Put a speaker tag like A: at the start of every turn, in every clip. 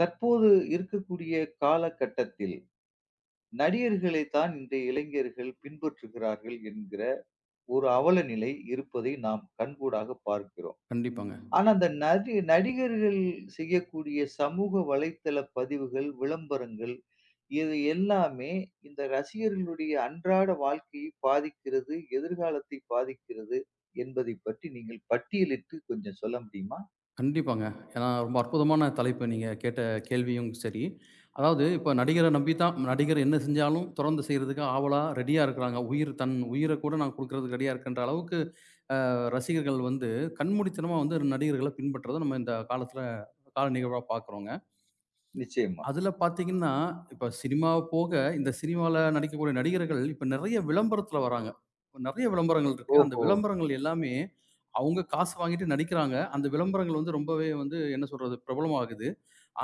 A: தற்போது இருக்கக்கூடிய காலகட்டத்தில் நடிகர்களை தான் இன்றைய இளைஞர்கள் பின்பற்றுகிறார்கள் என்கிற ஒரு அவலநிலை இருப்பதை நாம் கண்கூடாக பார்க்கிறோம்.
B: கண்டிப்பாங்க.
A: ஆனா அந்த நதி நடிகர்கள் செய்யக்கூடிய சமூக வலைத்தள பதிவுகள், விளம்பரங்கள் இது எல்லாமே இந்த ரசிகர்களுடைய அன்றாட வாழ்க்கையை பாதிக்கிறது, எதிர்காலத்தை பாதிக்கிறது என்பதை பற்றி நீங்கள் பட்டியலிட்டு கொஞ்சம் சொல்ல முடியுமா?
B: கண்டிப்பாங்க. ஏன்னா ரொம்ப அற்புதமான தலைப்பு நீங்க கேட்ட கேள்வியும் சரி. அதாவது இப்ப நடிகர நம்பி தான் நடிகர் என்ன செஞ்சாலும் தொடர்ந்து செய்றதுக்கு ஆவலா ரெடியா இருக்கிறாங்க. உயிர் தன் உயிர கூட நான் குடுக்குறதுக்கு ரெடியா இருக்கேன்ற அளவுக்கு அ ரசிகர்கள் வந்து கண்மூடித்தனமா வந்து நடிகர்கள பின்பற்றத நம்ம இந்த காலத்துல கால நிகழ்வா பார்க்குறோங்க.
A: நிச்சயமா.
B: அதுல பார்த்தீங்கன்னா, இப்ப சினிமாவ போக, இந்த சினிமால நடிக்கக்கூடிய நடிகர்கள் இப்ப நெறைய விளம்பரத்துல வராங்க. நெறைய விளம்பரங்கள் இருக்கு. அந்த
A: ஓஹோ!
B: விளம்பரங்கள் எல்லாமே, அவங்க காசு வாங்கிட்டு நடிக்கிறாங்க. அந்த விளம்பரங்கள் வந்து ரொம்பவே வந்து என்ன சொல்றது? பிரபலமாகுது.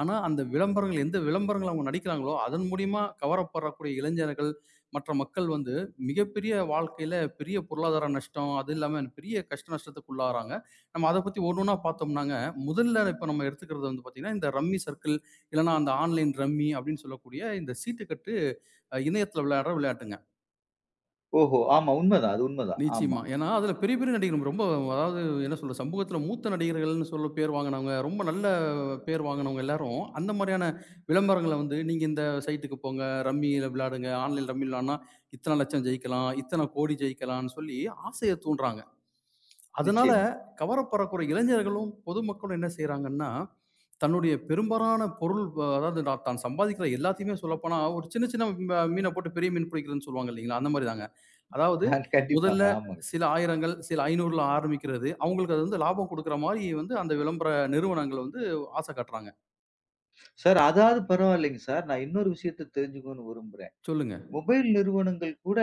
B: ஆனா, அந்த விளம்பரங்கள் எந்த விளம்பரங்கள் அவங்க நடிக்கிறாங்களோ, அதன் மூலியமா கவரப்படக்கூடிய இளைஞர்கள், மற்ற மக்கள் வந்து மிகப்பெரிய வாழ்க்கையில பெரிய பொருளாதார நஷ்டம், அது இல்லாம பெரிய கஷ்ட நஷ்டத்துக்கு உள்ளாகுறாங்க. நம்ம அத பத்தி ஒண்ணு ஒண்ணா பார்த்தோம்னாங்க, முதல்ல இப்ப நம்ம எடுத்துக்கிறது வந்து பார்த்தீங்கன்னா, இந்த ரம்மி சர்க்கிள், இல்லன்னா அந்த ஆன்லைன் ரம்மி அப்படின்னு சொல்லக்கூடிய இந்த சீட்டுக்கட்டு இணையத்தில விளையாடுற விளையாட்டுங்க.
A: ஓஹோ! ஆமா உண்மதான். அது உண்மதான். ஆமா.
B: நிச்சயமா. ஏன்னா, அதில பெரிய பெரிய நடிகர் ரொம்ப அதாவது என்ன சொல்றது, சமூகத்தில மூத்த நடிகர்கள்ன்னு சொல்ல பேர் வாங்குனவங்க, ரொம்ப நல்ல பேர் வாங்குனவங்க எல்லாரும், அந்த மாரியான விளம்பரங்கள வந்து, நீங்க இந்த சைட்டுக்கு போங்க, ரம்மியில விளையாடுங்க, ஆன்லைன் ரம்மி விளையாடுனா இத்தன லட்சம் ஜெயிக்கலாம், இத்தன கோடி ஜெயிக்கலாம்ன்னு சொல்லி ஆசைய தூண்டுறாங்க. அதனால
A: நிச்சயமா.
B: கவரப்படக்கூடிய இளைஞர்களும், பொதுமக்களும் என்ன செய்றாங்கன்னா, தன்னுடைய பெரும்பாலான பொருள் அதாவது நான் தான் சம்பாதிக்கிற எல்லாத்தையுமே சொல்லப்போனா, ஒரு சின்ன சின்ன மீன போட்டு பெரிய மீன் பிடிக்கிறதுன்னு சொல்லுவாங்க இல்லைங்களா? அந்த மாரி தாங்க. அதாவது
A: கண்டிப்பாங்க.
B: முதல்ல
A: ஆமாங்க.
B: சில ஆயிரங்கள், சில 500ல ஆரம்பிக்கிறது. அவங்களுக்கு அது வந்து லாபம் குடுக்குற மாரி வந்து அந்த விளம்பர நிறுவனங்கள் வந்து ஆசை காட்டுறாங்க.
A: சார் அதாவது பரவாயில்லைங்க சார். நான் இன்னொரு விஷயத்த தெரிஞ்சுக்கணும்னு விரும்புறேன்.
B: சொல்லுங்க.
A: மொபைல் நிறுவனங்கள் கூட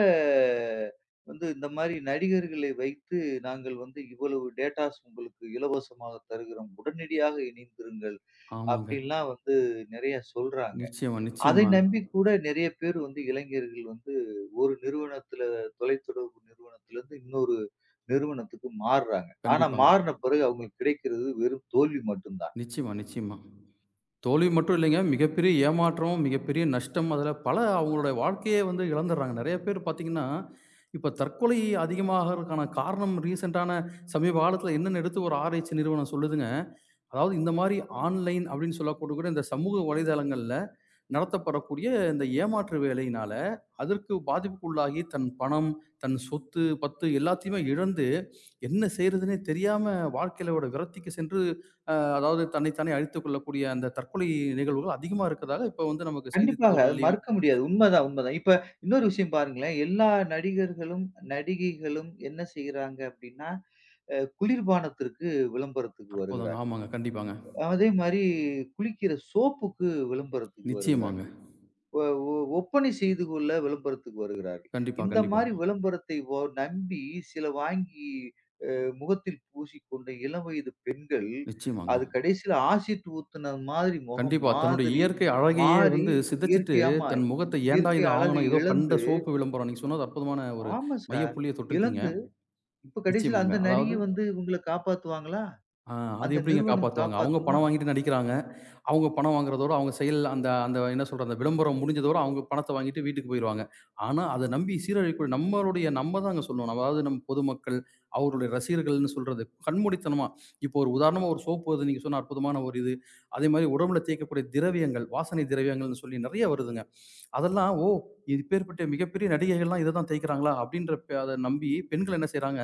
A: வந்து இந்த மாரி நடிகர்களை வைத்து நாங்கள் வந்து இவ்வளவு டேட்டாஸ் உங்களுக்கு இலவசமாக தருகிறோம். உடனடியாக இணைந்திருங்கள்.
B: ஆமாங்க.
A: அப்படின்லாம் வந்து நெறைய சொல்றாங்க.
B: நிச்சயமா,
A: அதை
B: நிச்சயமா.
A: நம்பி கூட நெறைய பேர் வந்து இளைஞர்கள் வந்து ஒரு நிறுவனத்தில தொலைத்தொடர்பு நிறுவனத்திலிருந்து இன்னொரு நிறுவனத்துக்கு மாறுறாங்க. ஆனா
B: கண்டிப்பாங்க.
A: மாறுன பிறகு அவங்களுக்கு கிடைக்கிறது வெறும் தோல்வி மட்டும் தான்.
B: நிச்சயமா, நிச்சயமா. தோல்வி மட்டும் இல்லைங்க. மிகப்பெரிய ஏமாற்றம், மிகப்பெரிய நஷ்டம் அதுல பல அவங்களுடைய வாழ்க்கையே வந்து இழந்துடுறாங்க. நெறைய பேர் பார்த்தீங்கன்னா, இப்ப தற்கொலை அதிகமாகறதுக்கான காரணம் ரீசென்ட்டான சமீப காலத்துல என்னன்னு எடுத்து ஒரு ஆராய்ச்சி நிறுவனம் சொல்லுதுங்க. அதாவது இந்த மாரி ஆன்லைன் அப்படின்னு சொல்லக்கூடக்கூட இந்த சமூக வலைதளங்கள்ல நடத்தப்படக்கூடிய இந்த ஏமாற்று வேலையினால, அதற்கு பாதிப்புக்குள்ளாகி தன் பணம், தன் சொத்து, பத்து எல்லாத்தையுமே இழந்து, என்ன செய்றதுன்னே தெரியாம வாழ்க்கையோட விரக்திக்கு சென்று, அதாவது தன்னை தானே அழித்துக் கொள்ளக்கூடிய அந்த தற்கொலை நிகழ்வுகள் அதிகமா இருக்கிறதாக இப்ப வந்து நமக்கு
A: கண்டிப்பாக. அது
B: செய்தித்தாள்கள்லயும்
A: மறுக்க முடியாது. உண்மதான், உண்மதான். இப்ப இன்னொரு விஷயம் பாருங்களேன். எல்லா நடிகர்களும், நடிகைகளும் என்ன செய்றாங்க அப்டின்னா, குளிர்பானத்திற்கு விளம்பரத்துக்கு
B: அற்புதங்க.
A: வருகிறார்கள்.
B: ஆமாங்க. கண்டிப்பாங்க.
A: அதே மாரி குளிக்கிற சோப்புக்கு விளம்பரத்துக்கு
B: நிச்சயமாங்க.
A: வருகிறார்கள். ஒ ஒ ஒப்பனை செய்து கொள்ள விளம்பரத்துக்கு வருகிறார்கள்.
B: கண்டிப்பா,
A: இந்த மாரி
B: கண்டிப்பாங்க.
A: விளம்பரத்தை நம்பி சில வாங்கி முகத்தில் பூசிக்கொண்ட இளம் வயது பெண்கள்,
B: நிச்சயமாங்க.
A: அது கடைசியில ஆசிட் ஊத்துன மாதிரி முகம்
B: கண்டிப்பா. தன்னுடைய
A: மாதிரி
B: இயற்கை அழகையே
A: மாறி
B: வந்து சிதைச்சுட்டு,
A: இயற்கை ஆமா.
B: தன் முகத்த ஏன்டா
A: இயற்கை
B: இது
A: அழகை
B: ஆங்கணும், ஏதோ கண்ட
A: இழந்து
B: சோப்பு விளம்பரம். நீங்க சொன்னது அற்புதமான ஒரு
A: ஆமா சார்.
B: மையப்புள்ளிய தொட்டிருக்கீங்க.
A: இழந்து இப்ப கடைசியில
B: நிச்சயமாங்க.
A: அந்த நடிகை
B: அதாவது,
A: வந்து இவங்கள காப்பாத்துவாங்களா?
B: அ அது
A: அந்த
B: எப்படிங்க
A: நிறுவனம்
B: காப்பாத்துவாங்க? அவங்க
A: காப்பாத்துமா?
B: பணம் வாங்கிட்டு நடிக்கிறாங்க. அவங்க பணம் வாங்குறதோட, அவங்க செயல் அந்த அந்த என்ன சொல்றது, அந்த விளம்பரம் முடிஞ்சதோட அவங்க பணத்த வாங்கிட்டு வீட்டுக்கு போயிருவாங்க. ஆனா, அத நம்பி சீரழிக்கக்கூடிய நம்ம தாங்க சொல்லணும். அதாவது நம்ம பொதுமக்கள், அவருடைய ரசிகர்கள்ன்னு சொல்றது கண்மூடித்தனமா, இப்போ ஒரு உதாரணமா ஒரு சோப்பு வருது நீங்க சொன்ன அற்புதமான ஒரு இது. அதேமாரி உடம்புல தேய்க்கக்கூடிய திரவியங்கள், வாசனை திரவியங்கள்ன்னு சொல்லி நெறைய வருதுங்க. அதெல்லாம், "ஓ! இப்பேற்பட்ட மிகப்பெரிய நடிகைகள்லாம் இத தான் தேய்க்கிறாங்களா?" அப்படின்ற அத நம்பி பெண்கள் என்ன செய்றாங்க?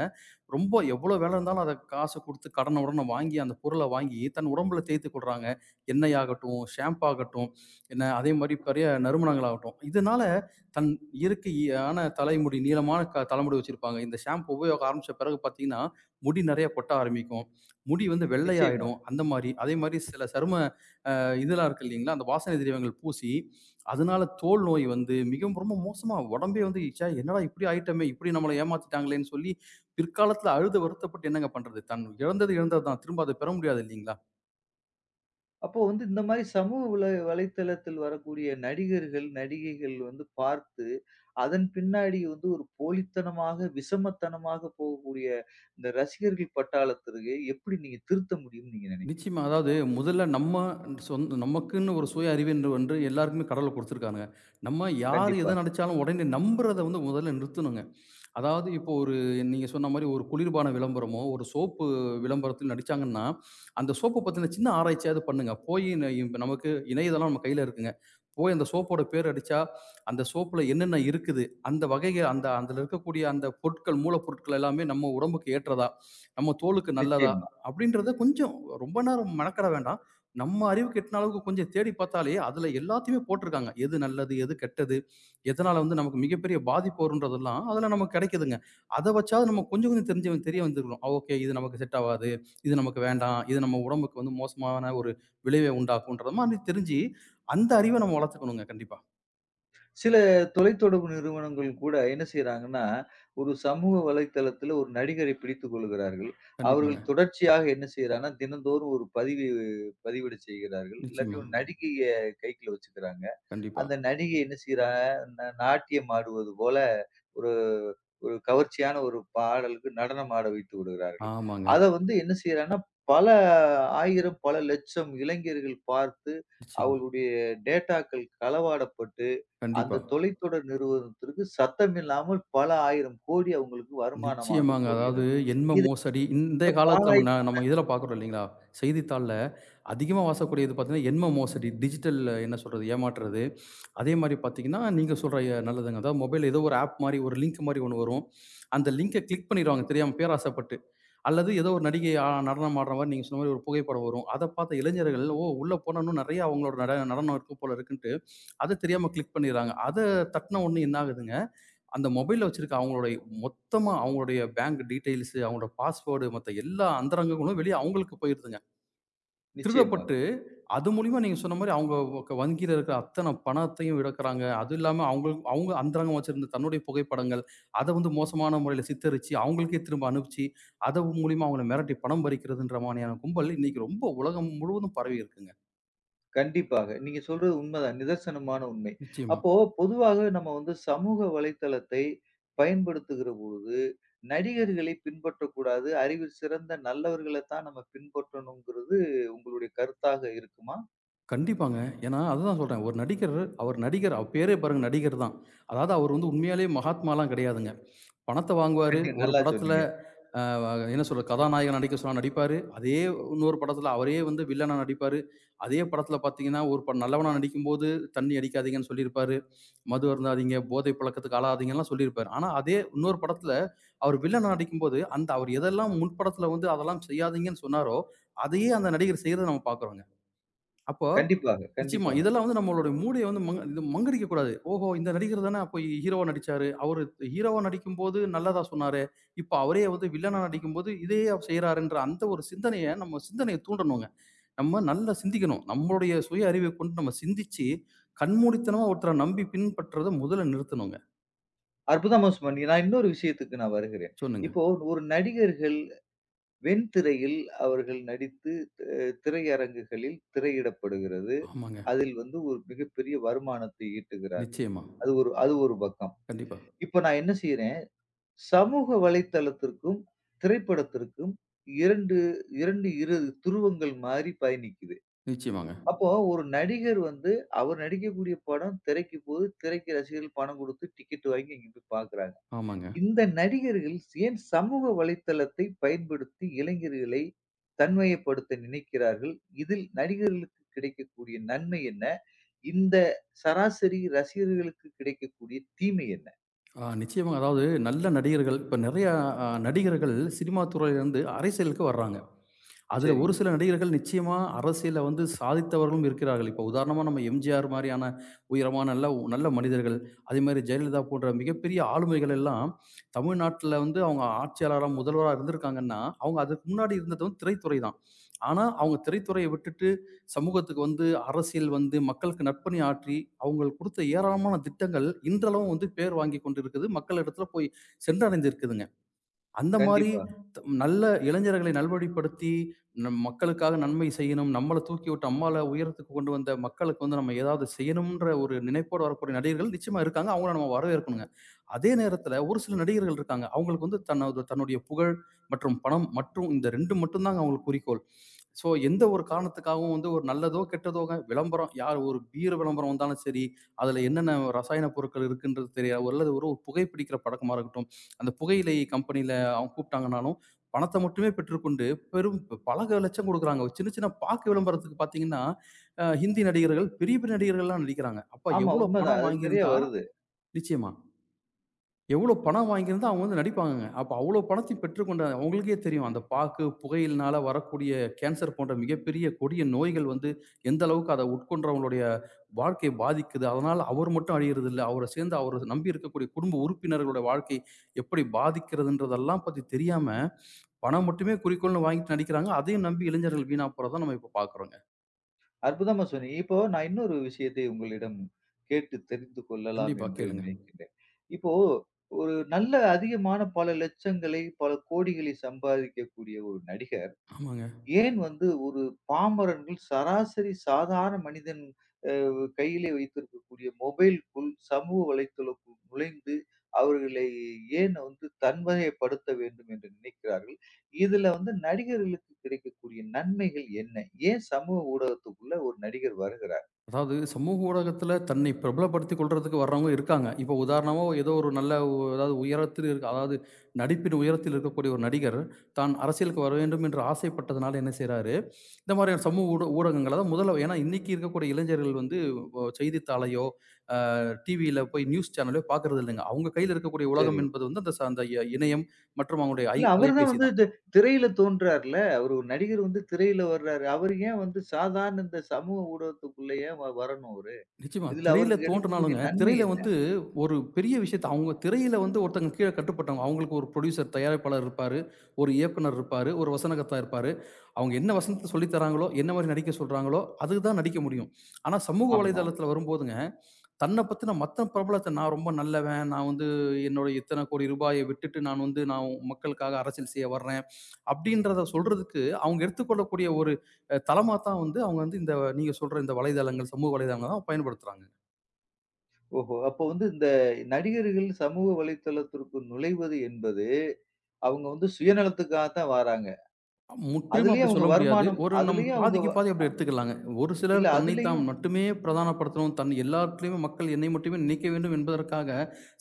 B: ரொம்ப எவ்வளோ வேலை இருந்தாலும் அதை காசு கொடுத்து கடனை உடனே வாங்கி அந்த பொருளை வாங்கி தன் உடம்புல தேய்த்து கொள்றாங்க. எண்ணெய் ஆகட்டும், ஷாம்பு ஆகட்டும், என்ன அதே மாதிரி பெரிய நறுமணங்கள் ஆகட்டும். இதனால தன் இயற்கையான தலைமுடி நீளமான தலைமுடி வச்சிருப்பாங்க. இந்த ஷாம்பு உபயோகம் ஆரம்பிச்ச பிறகு பார்த்தீங்கன்னா, முடி நெறைய கொட்ட ஆரம்பிக்கும். முடி வந்து
A: நிச்சயமா.
B: வெள்ளையாயிடும். அந்த மாரி அதே மாரி சில சரும இதெல்லாம் இருக்கு இல்லைங்களா? அந்த வாசனை திரவியங்கள் பூசி, அதனால தோல் நோய் வந்து மிகவும் ரொம்ப மோசமா உடம்பே வந்து, ச்சே! என்னடா இப்படி ஆயிட்டோமே! இப்படி நம்மள ஏமாத்திட்டாங்களேன்னு சொல்லி, பிற்காலத்தில அழுது வருத்தப்பட்டு என்னங்க பண்றது? தன் இழந்தது இழந்தது தான். திரும்ப அத பெற முடியாது இல்லைங்களா?
A: அப்போ வந்து இந்த மாரி சமூக வலைத்தளத்தில் வரக்கூடிய நடிகர்கள், நடிகைகள் வந்து பார்த்து, அதன் பின்னாடி வந்து ஒரு போலித்தனமாக, விஷமத்தனமாக போகக்கூடிய இந்த ரசிகர்கள் பட்டாளத்திற்கு எப்படி நீங்க திருத்த முடியும்னு நீங்க நினைக்கிறீங்க?
B: நிச்சயமா. அதாவது முதல்ல நம்ம நமக்குன்னு ஒரு சுய அறிவு என்று ஒன்று எல்லாருக்குமே கடவுள் குடுத்துருக்காங்க. நம்ம யார்
A: கண்டிப்பா.
B: எத நெனச்சாலும் உடனே நம்புறத வந்து முதல்ல நிறுத்தணுங்க. அதாவது இப்போ ஒரு நீங்க சொன்ன மாரி ஒரு குளிர்பான விளம்பரமோ, ஒரு சோப்பு விளம்பரத்துல நடிச்சாங்கன்னா, அந்த சோப்பு பத்தின சின்ன ஆராய்ச்சியாவது பண்ணுங்க. போயி இப்ப நமக்கு இணையதளம் நம்ம கையில இருக்குங்க. போய் அந்த சோப்போட பேர் அடிச்சா, அந்த சோப்புல என்னென்ன இருக்குது? அந்த வகைக அந்த அதுல இருக்கக்கூடிய அந்த பொருட்கள், மூலப்பொருட்கள் எல்லாமே நம்ம உடம்புக்கு ஏற்றதா? நம்ம தோலுக்கு நல்லதா?
A: நிச்சயமா.
B: அப்படின்றத கொஞ்சம் ரொம்ப நேரம் மெனக்கெட வேண்டாம். நம்ம அறிவுக்கு எட்டுன அளவுக்கு கொஞ்சம் தேடி பார்த்தாலே, அதுல எல்லாத்தையுமே போட்டிருக்காங்க. எது நல்லது? எது கெட்டது? எதனால வந்து நமக்கு மிகப்பெரிய பாதிப்பு வரும்ன்றதெல்லாம் அதில நமக்கு கிடைக்குதுங்க. அத வச்சாவது நம்ம கொஞ்சம் கொஞ்சம் தெரிஞ்சு தெரிய வந்துருக்கிறோம். ஓகே இது நமக்கு செட் ஆவாது. இது நமக்கு வேண்டாம். இது நம்ம உடம்புக்கு வந்து மோசமான ஒரு விளைவை உண்டாக்கும்ன்றது மாதிரி தெரிஞ்சு, அந்த அறிவ நம்ம வளர்த்துக்கணுங்க கண்டிப்பா.
A: சில தொலைத்தொடர்பு நிறுவனங்கள் கூட என்ன செய்றாங்கன்னா, ஒரு சமூக வலைத்தளத்தில ஒரு நடிகரை பிடித்துக் கொள்கிறார்கள்.
B: கண்டிப்பாங்க.
A: அவர்கள் தொடர்ச்சியாக என்ன செய்றாங்கன்னா, தினந்தோறும் ஒரு பதிவு பதிவிட செய்கிறார்கள். இல்லாட்டி
B: நிச்சயமா.
A: ஒரு நடிகைய கைக்குள்ள வச்சுக்கிறாங்க.
B: கண்டிப்பா.
A: அந்த நடிகை என்ன செய்றாங்க, நாட்டியம் ஆடுவது போல ஒரு ஒரு கவர்ச்சியான ஒரு பாடலுக்கு நடனம் ஆட வைத்து விடுகிறார்கள்.
B: ஆமாங்க.
A: அத வந்து என்ன செய்றாங்கன்னா, பல 1000, பல லட்சம் இளைஞர்கள் பார்த்து,
B: நிச்சயமா.
A: அவர்களுடைய டேட்டாக்கள் களவாடப்பட்டு,
B: கண்டிப்பா.
A: அந்த தொலைத்தொடர் நிறுவனத்திற்கு சத்தமில்லாமல் பல 1000 கோடி அவங்களுக்கு வருமானமாக
B: நிச்சயமாங்க. அதாவது
A: போகிறது.
B: எண்ம
A: இது
B: மோசடி
A: இந்த
B: இன்றைய காலத்தில
A: பாழாய்
B: நம்ம இதில பார்க்குறோம் இல்லைங்களா? செய்தித்தாள்ல அதிகமா வாசக்கூடியது பார்த்தீங்கன்னா, எண்ம மோசடி, டிஜிட்டல் என்ன சொல்றது? ஏமாற்றுறது. அதே மாரி பார்த்தீங்கன்னா, நீங்க சொல்ற நல்லதுங்க. அதாவது மொபைல்ல ஏதோ ஒரு ஆப் மாரி, ஒரு லிங்க் மாரி ஒண்ணு வரும். அந்த லிங்க கிளிக் பண்ணிருவாங்க தெரியாம, பேராசைப்பட்டு. அல்லது ஏதோ ஒரு நடிகை நடனம் ஆடுற மாரி, நீங்க சொன்ன மாரி ஒரு புகைப்படம் வரும். அத பார்த்த இளைஞர்கள், "ஓ! உள்ள போனா இன்னும் நெறைய அவங்களோட நடனம் இருக்கும் போல இருக்குன்ட்டு" அத தெரியாம கிளிக் பண்ணிர்றாங்க. அத தட்டுன உடனே என்ன ஆகுதுங்க? அந்த மொபைல்ல வச்சிருக்க அவங்களுடைய மொத்தமா அவங்களுடைய பேங்க் டீட்டெயில்ஸ், அவங்களோட பாஸ்வேர்டு மத்த எல்லா அந்தரங்கங்களும் வெளிய அவங்களுக்கு போயிருதுங்க.
A: நிச்சயமா.
B: திருடப்பட்டு அது மூலியமா நீங்க சொன்ன மாரி அவங்க வங்கியில இருக்கிற அத்தன பணத்தையும் இழக்குறாங்க. அதுவும் இல்லாம அவங்களுக்கு அவங்க அந்தரங்கமா வச்சிருந்த தன்னுடைய புகைப்படங்கள், அத வந்து மோசமான முறையில சித்தரிச்சு, அவங்களுக்கே திரும்ப அனுப்பிச்சு, அது மூலியமா அவங்கள மிரட்டி பணம் பறிக்கிறதுன்ற மாரியான கும்பல் இன்னைக்கு ரொம்ப உலகம் முழுவதும் பரவி இருக்குங்க.
A: கண்டிப்பாக. நீங்க சொல்றது உண்மதான். நிதர்சனமான உண்மை.
B: நிச்சயமா.
A: அப்போ பொதுவாக நம்ம வந்து சமூக வலைத்தளத்தை பயன்படுத்துகிற பொழுது, நடிகர்களை பின்பற்றக்கூடாது. அறிவில் சிறந்த நல்லவர்கள தான் நம்ம பின்பற்றணுங்கிறது உங்களுடைய கருத்தாக இருக்குமா?
B: கண்டிப்பாங்க. ஏன்னா அதுதான் சொல்றேன். ஒரு நடிகர் அவர் நடிகர் அவர் பேரே பாருங்க நடிகர் தான். அதாவது அவர் வந்து உண்மையாலே மகாத்மாலாம் கிடையாதுங்க. பணத்த வாங்குவாரு. ஒரு
A: நல்லா
B: படத்துல
A: சொன்னீங்க.
B: அ என்ன சொல்றது? கதாநாயகன் நடிக்க சொன்னா நடிப்பாரு. அதே இன்னொரு படத்துல அவரே வந்து வில்லனா நடிப்பாரு. அதே படத்துல பார்த்தீங்கன்னா, ஒரு நல்லவனா நடிக்கும்போது தண்ணி அடிக்காதீங்கன்னு சொல்லியிருப்பாரு. மது அருந்தாதீங்க, போதை பழக்கத்துக்கு ஆளாகாதீங்கன்லாம் சொல்லியிருப்பாரு. ஆனா அதே இன்னொரு படத்துல அவர் வில்லனா நடிக்கும்போது, அந்த அவர் எதெல்லாம் முன் படத்துல வந்து அதெல்லாம் செய்யாதீங்கன்னு சொன்னாரோ, அதையே அந்த நடிகர் செய்றத நம்ம பார்க்குறோங்க. அப்போ
A: கண்டிப்பாக,
B: நிச்சயமா.
A: கண்டிப்பாக.
B: இதெல்லாம் வந்து நம்மளுடைய மூடைய வந்து இது மங்கடிக்க கூடாது. ஓஹோ! இந்த நடிகர் தான அப்போ ஹீரோவா நடிச்சாரு. அவரு ஹீரோவா நடிக்கும்போது நல்லதா சொன்னாரே! இப்ப அவரே வந்து வில்லனா நடிக்கும்போது இதே செய்றாருன்ற அந்த ஒரு சிந்தனைய தூண்டணுங்க. நம்ம நல்லா சிந்திக்கணும். நம்மளுடைய சுய அறிவை கொண்டு நம்ம சிந்திச்சு, கண்மூடித்தனமா ஒருத்தர நம்பி பின்பற்றத முதல்ல நிறுத்தணுங்க.
A: அற்புதமா சொன்னீங்க. நான் இன்னொரு விஷயத்துக்கு நான் வருகிறேன்.
B: சொல்லுங்க.
A: இப்போ ஒரு நடிகர்கள் வெண்திரையில் அவர்கள் நடித்து திரையரங்குகளில் திரையிடப்படுகிறது.
B: ஆமாங்க.
A: அதில் வந்து ஒரு மிகப்பெரிய வருமானத்தை ஈட்டுகிறார்கள்.
B: நிச்சயமா.
A: அது ஒரு அது ஒரு பக்கம்.
B: கண்டிப்பா.
A: இப்ப நான் என்ன செய்றேன், சமூக வலைத்தளத்திற்கும், திரைப்படத்திற்கும் 2 2 இரு துருவங்கள் மாரி பயணிக்குது.
B: நிச்சயமாங்க.
A: அப்போ ஒரு நடிகர் வந்து அவர் நடிக்கக்கூடிய படம் திரைக்கு போது, திரைக்கு ரசிகர்கள் பணம் குடுத்து டிக்கெட் வாங்கி இங்க போய் பார்க்குறாங்க.
B: ஆமாங்க.
A: இந்த நடிகர்கள் ஏன் சமூக வலைத்தளத்தை பயன்படுத்தி இளைஞர்களை தன்மையப்படுத்த நினைக்கிறார்கள்? இதில் நடிகர்களுக்கு கிடைக்கக்கூடிய நன்மை என்ன? இந்த சராசரி ரசிகர்களுக்கு கிடைக்கக்கூடிய தீமை என்ன?
B: ஆ நிச்சயமாங்க. அதாவது நல்ல நடிகர்கள் இப்ப நெறையா நடிகர்கள் சினிமா துறையிலருந்து அரசியலுக்கு வர்றாங்க. அதுல ஒரு
A: சரிங்க.
B: சில நடிகர்கள் நிச்சயமா அரசியல்ல வந்து சாதித்தவர்களும் இருக்கிறார்கள். இப்போ உதாரணமா நம்ம எம்ஜிஆர் மாரியான உயரமான நல்ல நல்ல மனிதர்கள், அதே மாரி ஜெயலலிதா போன்ற மிகப்பெரிய ஆளுமைகள் எல்லாம் தமிழ்நாட்டுல வந்து அவங்க ஆட்சியாளரா, முதல்வரா இருந்திருக்காங்கன்னா, அவங்க அதுக்கு முன்னாடி இருந்தது வந்து திரைத்துறை தான். ஆனா அவங்க திரைத்துறைய விட்டுட்டு சமூகத்துக்கு வந்து அரசியல் வந்து மக்களுக்கு நற்பணி ஆற்றி, அவங்கள் குடுத்த ஏராளமான திட்டங்கள் இன்றளவும் வந்து பேர் வாங்கிக் கொண்டிருக்குது. மக்கள் இடத்துல போய் சென்றடைந்திருக்குதுங்க. அந்த மாரி
A: கண்டிப்பா.
B: நல்ல இளைஞர்களை நல்வழிப்படுத்தி, நம் மக்களுக்காக நன்மை செய்யணும். நம்மள தூக்கி விட்டு அம்மால உயரத்துக்கு கொண்டு வந்த மக்களுக்கு வந்து நம்ம ஏதாவது செய்யணும்ன்ற ஒரு நினைப்போட வரக்கூடிய நடிகர்கள் நிச்சயமா இருக்காங்க. அவங்கள நம்ம வரவேற்கணுங்க. அதே நேரத்துல ஒரு சில நடிகர்கள் இருக்காங்க. அவங்களுக்கு வந்து தன்னுடைய புகழ் மற்றும் பணம் மற்றும் இந்த 2 மட்டும் தாங்க அவங்களுக்கு குறிக்கோள். ஸோ எந்த ஒரு காரணத்துக்காகவும் வந்து ஒரு நல்லதோ, கெட்டதோங்க விளம்பரம் யார் ஒரு பீர் விளம்பரம் வந்தாலும் சரி, அதுல என்னென்ன ரசாயன பொருட்கள் இருக்குன்றது தெரியாது. ஒரு அல்லது ஒரு ஒரு புகைப்பிடிக்கிற பழக்கமா இருக்கட்டும். அந்த புகையிலை கம்பெனியில அவங்க கூப்பிட்டாங்கனாலும், பணத்த மட்டுமே பெற்றுக்கொண்டு பெரும் பல லட்சம் குடுக்குறாங்க. ஒரு சின்ன சின்ன பாக்கு விளம்பரத்துக்கு பார்த்தீங்கன்னா, ஹிந்தி நடிகர்கள் பெரிய பெரிய நடிகர்கள்லாம் நடிக்கிறாங்க. அப்ப
A: ஆமா
B: எவ்வளோ
A: உண்மதான்.
B: பணம்
A: அது நிறைய
B: வாங்கியிருந்தா
A: வருது.
B: நிச்சயமா. எவ்வளோ பணம் வாங்கியிருந்தா அவங்க வந்து நடிப்பாங்கங்க. அப்ப அவ்வளோ பணத்தையும் பெற்றுக்கொண்ட அவங்களுக்கே தெரியும். அந்த பாக்கு, புகையில்னால வரக்கூடிய கேன்சர் போன்ற மிகப்பெரிய கொடிய நோய்கள் வந்து எந்த அளவுக்கு அத உட்கொண்டவங்களுடைய வாழ்க்கைய பாதிக்குது. அதனால அவர் மட்டும் அழியறதில்ல. அவர சேர்ந்து அவர நம்பி இருக்கக்கூடிய குடும்ப உறுப்பினர்களோட வாழ்க்கை எப்படி பாதிக்கிறதுன்றதெல்லாம் பத்தி தெரியாம, பணம் மட்டுமே குறிக்கோள்னு வாங்கிட்டு நடிக்கிறாங்க. அதையும் நம்பி இளைஞர்கள் வீணா போறத நம்ம இப்ப பார்க்குறோங்க.
A: அற்புதமா சொன்னீங்க. இப்போ நான் இன்னொரு விஷயத்தை உங்களிடம் கேட்டு தெரிந்து கொள்ளலாம்
B: கண்டிப்பா
A: என்று
B: கேளுங்க.
A: நினைக்கின்றேன். இப்போ ஒரு நல்ல அதிகமான பல லட்சங்களை, பல கோடிகளை சம்பாதிக்கக்கூடிய ஒரு நடிகர்
B: ஆமாங்க.
A: ஏன் வந்து ஒரு பாமரன்கள், சராசரி சாதாரண மனிதன் கையிலே வைத்திருக்கக்கூடிய மொபைலுக்குள் சமூக வலைத்தளக்குள் நுழைந்து, அவர்களை ஏன் வந்து தன்வயப்படுத்த வேண்டும் என்று நினைக்கிறார்கள்? இதுல வந்து நடிகர்களுக்கு கிடைக்கக்கூடிய நன்மைகள் என்ன? ஏன் சமூக ஊடகத்துக்குள்ள ஒரு நடிகர் வருகிறார்?
B: அதாவது சமூக ஊடகத்துல தன்னை பிரபலப்படுத்திக் கொள்றதுக்கு வர்றவங்க இருக்காங்க. இப்போ உதாரணமா ஏதோ ஒரு நல்ல அதாவது உயரத்தில் இருக்க அதாவது நடிப்பின் உயரத்தில் இருக்கக்கூடிய ஒரு நடிகர், தான் அரசியலுக்கு வர வேண்டும் என்று ஆசைப்பட்டதனால என்ன செய்றாரு, இந்த மாதிரியான சமூக ஊடகங்கள் அதாவது முதல்ல ஏன்னா இன்னைக்கு இருக்கக்கூடிய இளைஞர்கள் வந்து செய்தித்தாளையோ, அ டிவியில போய் நியூஸ் சேனலையோ பார்க்கறது இல்லைங்க. அவங்க கையில இருக்கக்கூடிய
A: சரி.
B: உலகம் என்பது வந்து அந்த ச அந்த இ இணையம் மற்றும் அவங்களுடைய
A: இல்ல அவரு தான்
B: அலைபேசி
A: வந்து
B: தான்.
A: திரையில தோன்றார்ல. அவரு ஒரு நடிகர் வந்து திரையில வர்றாரு. அவரு ஏன் வந்து சாதாரண இந்த சமூக ஊடகத்துக்குள்ள ஏன் வரணும் அவரு?
B: நிச்சயமா.
A: இதுல
B: திரையில
A: அவருக்கு கிடைக்கக்கூடிய
B: தோன்றுனாலுங்க,
A: நன்மை
B: திரையில
A: என்ன?
B: வந்து ஒரு பெரிய விஷயத்த அவங்க திரையில வந்து ஒருத்தங்க கீழ கட்டுப்பட்டவங்க. அவங்களுக்கு ஒரு ப்ரொடியூசர், தயாரிப்பாளர் இருப்பாரு, ஒரு இயக்குனர் இருப்பாரு, ஒரு வசனகர்த்தா இருப்பாரு. அவங்க என்ன வசனத்த சொல்லி தராங்களோ, என்ன மாரி நடிக்க சொல்றாங்களோ, அதுக்கு தான் நடிக்க முடியும். ஆனா சமூக
A: ஆமா.
B: வலைதளத்துல வரும்போதுங்க, தன்ன பத்தின மத்த பிரபலத்த நான் ரொம்ப நல்லவன், நான் வந்து என்னோட இத்தன கோடி ரூபாய விட்டுட்டு நான் மக்களுக்காக அரசியல் செய்ய வர்றேன். அப்படின்றத சொல்றதுக்கு அவங்க எடுத்துக்கொள்ளக்கூடிய ஒரு தளமா தான் வந்து அவங்க வந்து இந்த நீங்க சொல்ற இந்த வலைதளங்கள், சமூக வலைதளங்கள் தான் பயன்படுத்துறாங்க.
A: ஓஹோ! அப்போ வந்து இந்த நடிகர்கள் சமூக வலைத்தளத்திற்குள் நுழைவது என்பது, அவங்க வந்து சுயநலத்துக்காக தான் வாராங்க.
B: முற்றிலும்
A: அதுலயும்
B: அப்படி
A: அவங்க
B: சொல்ல முடியாது.
A: வருமானம்
B: ஒரு நம்
A: அதுலயும் அவங்க வ
B: பாதிக்கு பாதி அப்படி எடுத்துக்கலாங்க. ஒரு சிலர்
A: இல்ல
B: தன்னை தான்
A: அதுலயும்
B: மட்டுமே பிரதானப்படுத்தணும். தன் எல்லாத்துலயுமே மக்கள் என்னை மட்டுமே நினைக்க வேண்டும் என்பதற்காக,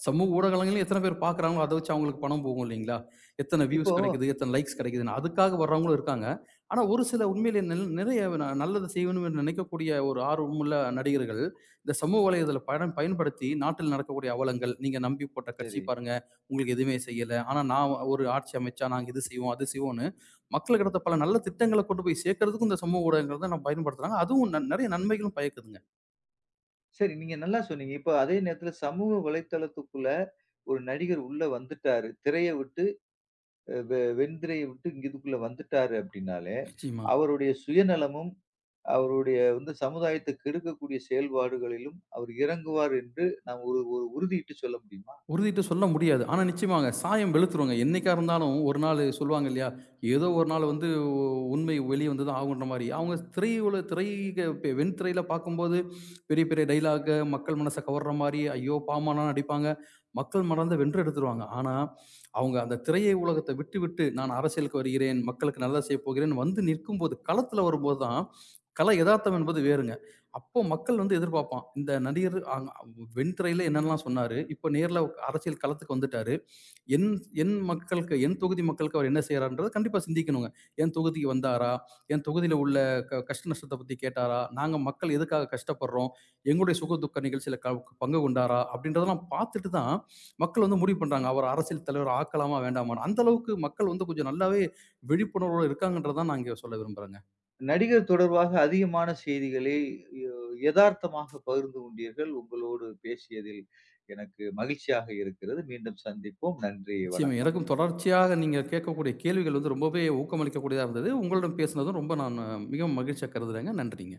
B: சமூக ஊடகங்களில் எத்தனை பேர் பார்க்குறாங்களோ, அத வச்சு அவங்களுக்கு பணம் போகும் இல்லைங்களா? எத்தனை
A: இப்போ
B: வியூஸ் கிடைக்குது, எத்தனை லைக்ஸ் கிடைக்குதுன்னு. அதுக்காக வர்றவங்களும் இருக்காங்க. ஆனா ஒரு சில உண்மையிலே நிறைய நல்லது செய்யணும் என்று நினைக்கக்கூடிய ஒரு ஆர்வமுள்ள நடிகர்கள், இந்த சமூக வலைதள பயன்படுத்தி நாட்டில் நடக்கக்கூடிய அவலங்கள், நீங்க நம்பி போட்ட கட்சி
A: சரி,
B: பாருங்க, உங்களுக்கு எதுவுமே செய்யல. ஆனா நான் ஒரு ஆட்சி அமைச்சா நாங்க இது செய்வோம், அது செய்வோம்னு மக்களுக்கு இடத்த பல நல்ல திட்டங்கள கொண்டு போய் சேர்க்கிறதுக்கும் இந்த சமூக ஊடகங்கள் தான் நான் பயன்படுத்துறாங்க. அதுவும் நெறைய நன்மைகளும் பயக்குதுங்க.
A: சரி நீங்க நல்லா சொன்னீங்க. இப்போ அதே நேரத்தில சமூக வலைத்தளத்துக்குள்ள ஒரு நடிகர் உள்ள வந்துட்டாரு. திரைய விட்டு அ வெ வெண்திரைய விட்டு இங்க இதுக்குள்ள வந்துட்டாரு அப்படின்னாலே,
B: நிச்சயமா.
A: அவருடைய சுயநலமும், அவருடைய வந்து சமுதாயத்தை கெடுக்கக்கூடிய செயல்பாடுகளிலும் அவர் இறங்குவார் என்று நாம் ஒரு ஒரு உறுதியிட்டு சொல்ல முடியுமா?
B: உறுதிட்டு சொல்ல முடியாது. ஆனா நிச்சயமாங்க. சாயம் வெளுத்துருங்க. என்னைக்கா இருந்தாலும் ஒரு நாளு சொல்லுவாங்க இல்லையா? ஏதோ ஒரு நாள் வந்து உண்மை வெளிய வந்து தான் ஆகுன்ற மாரி. அவங்க திரையுல திரைக பெ வெண்திரையில பார்க்கும்போது பெரிய பெரிய டயலாக்க மக்கள் மனச கவர்ற மாரி, ஐயோ! பாமாலாம் நடிப்பாங்க. மக்கள் மனத வென்று எடுத்துருவாங்க. ஆனா, அவங்க அந்த திரையை உலகத்த விட்டு விட்டு நான் அரசியலுக்கு வருகிறேன், மக்களுக்கு நல்லது செய்ய போகிறேன் வந்து நிற்கும்போது, களத்துல வரும்போது தான் கலை எதார்த்தம் என்பது வேறுங்க. அப்போ மக்கள் வந்து எதிர்பார்ப்பான். இந்த நடிகர் வெண்துறையில என்னென்னலாம் சொன்னாரு. இப்ப நேர்ல அரசியல் களத்துக்கு வந்துட்டாரு. என் என் மக்களுக்கு, என் தொகுதி மக்களுக்கு அவர் என்ன செய்றார்ன்றத கண்டிப்பா சிந்திக்கணுங்க. என் தொகுதிக்கு வந்தாரா? என் தொகுதியில உள்ள கஷ்ட நஷ்டத்த பத்தி கேட்டாரா? நாங்க மக்கள் எதுக்காக கஷ்டப்படுறோம்? எங்களுடைய சுக துக்க நிகழ்ச்சியில பங்கு கொண்டாரா? அப்படின்றதெல்லாம் பார்த்துட்டு தான் மக்கள் வந்து முடிவு பண்றாங்க. அவர் அரசியல் தலைவர் ஆக்கலாமா? வேண்டாமான்னு. அந்த அளவுக்கு மக்கள் வந்து கொஞ்சம் நல்லாவே விழிப்புணர்வோட இருக்காங்கன்றத தான் நான் இங்க சொல்ல விரும்புறேங்க.
A: நடிகர் தொடர்பாக அதிகமான செய்திகளை யோ எதார்த்தமாக பகிர்ந்து கொண்டீர்கள். உங்களோடு பேசியதில் எனக்கு மகிழ்ச்சியாக இருக்கிறது. மீண்டும் சந்திப்போம். நன்றி.
B: நிச்சயமா.
A: வணக்கம்.
B: எனக்கும் தொடர்ச்சியாக நீங்க கேட்கக்கூடிய கேள்விகள் வந்து ரொம்பவே ஊக்கமளிக்கக்கூடியதா இருந்தது. உங்களிடம் பேசினதும் ரொம்ப நான் மிகவும் மகிழ்ச்சியா கருதுறேங்க. நன்றிங்க.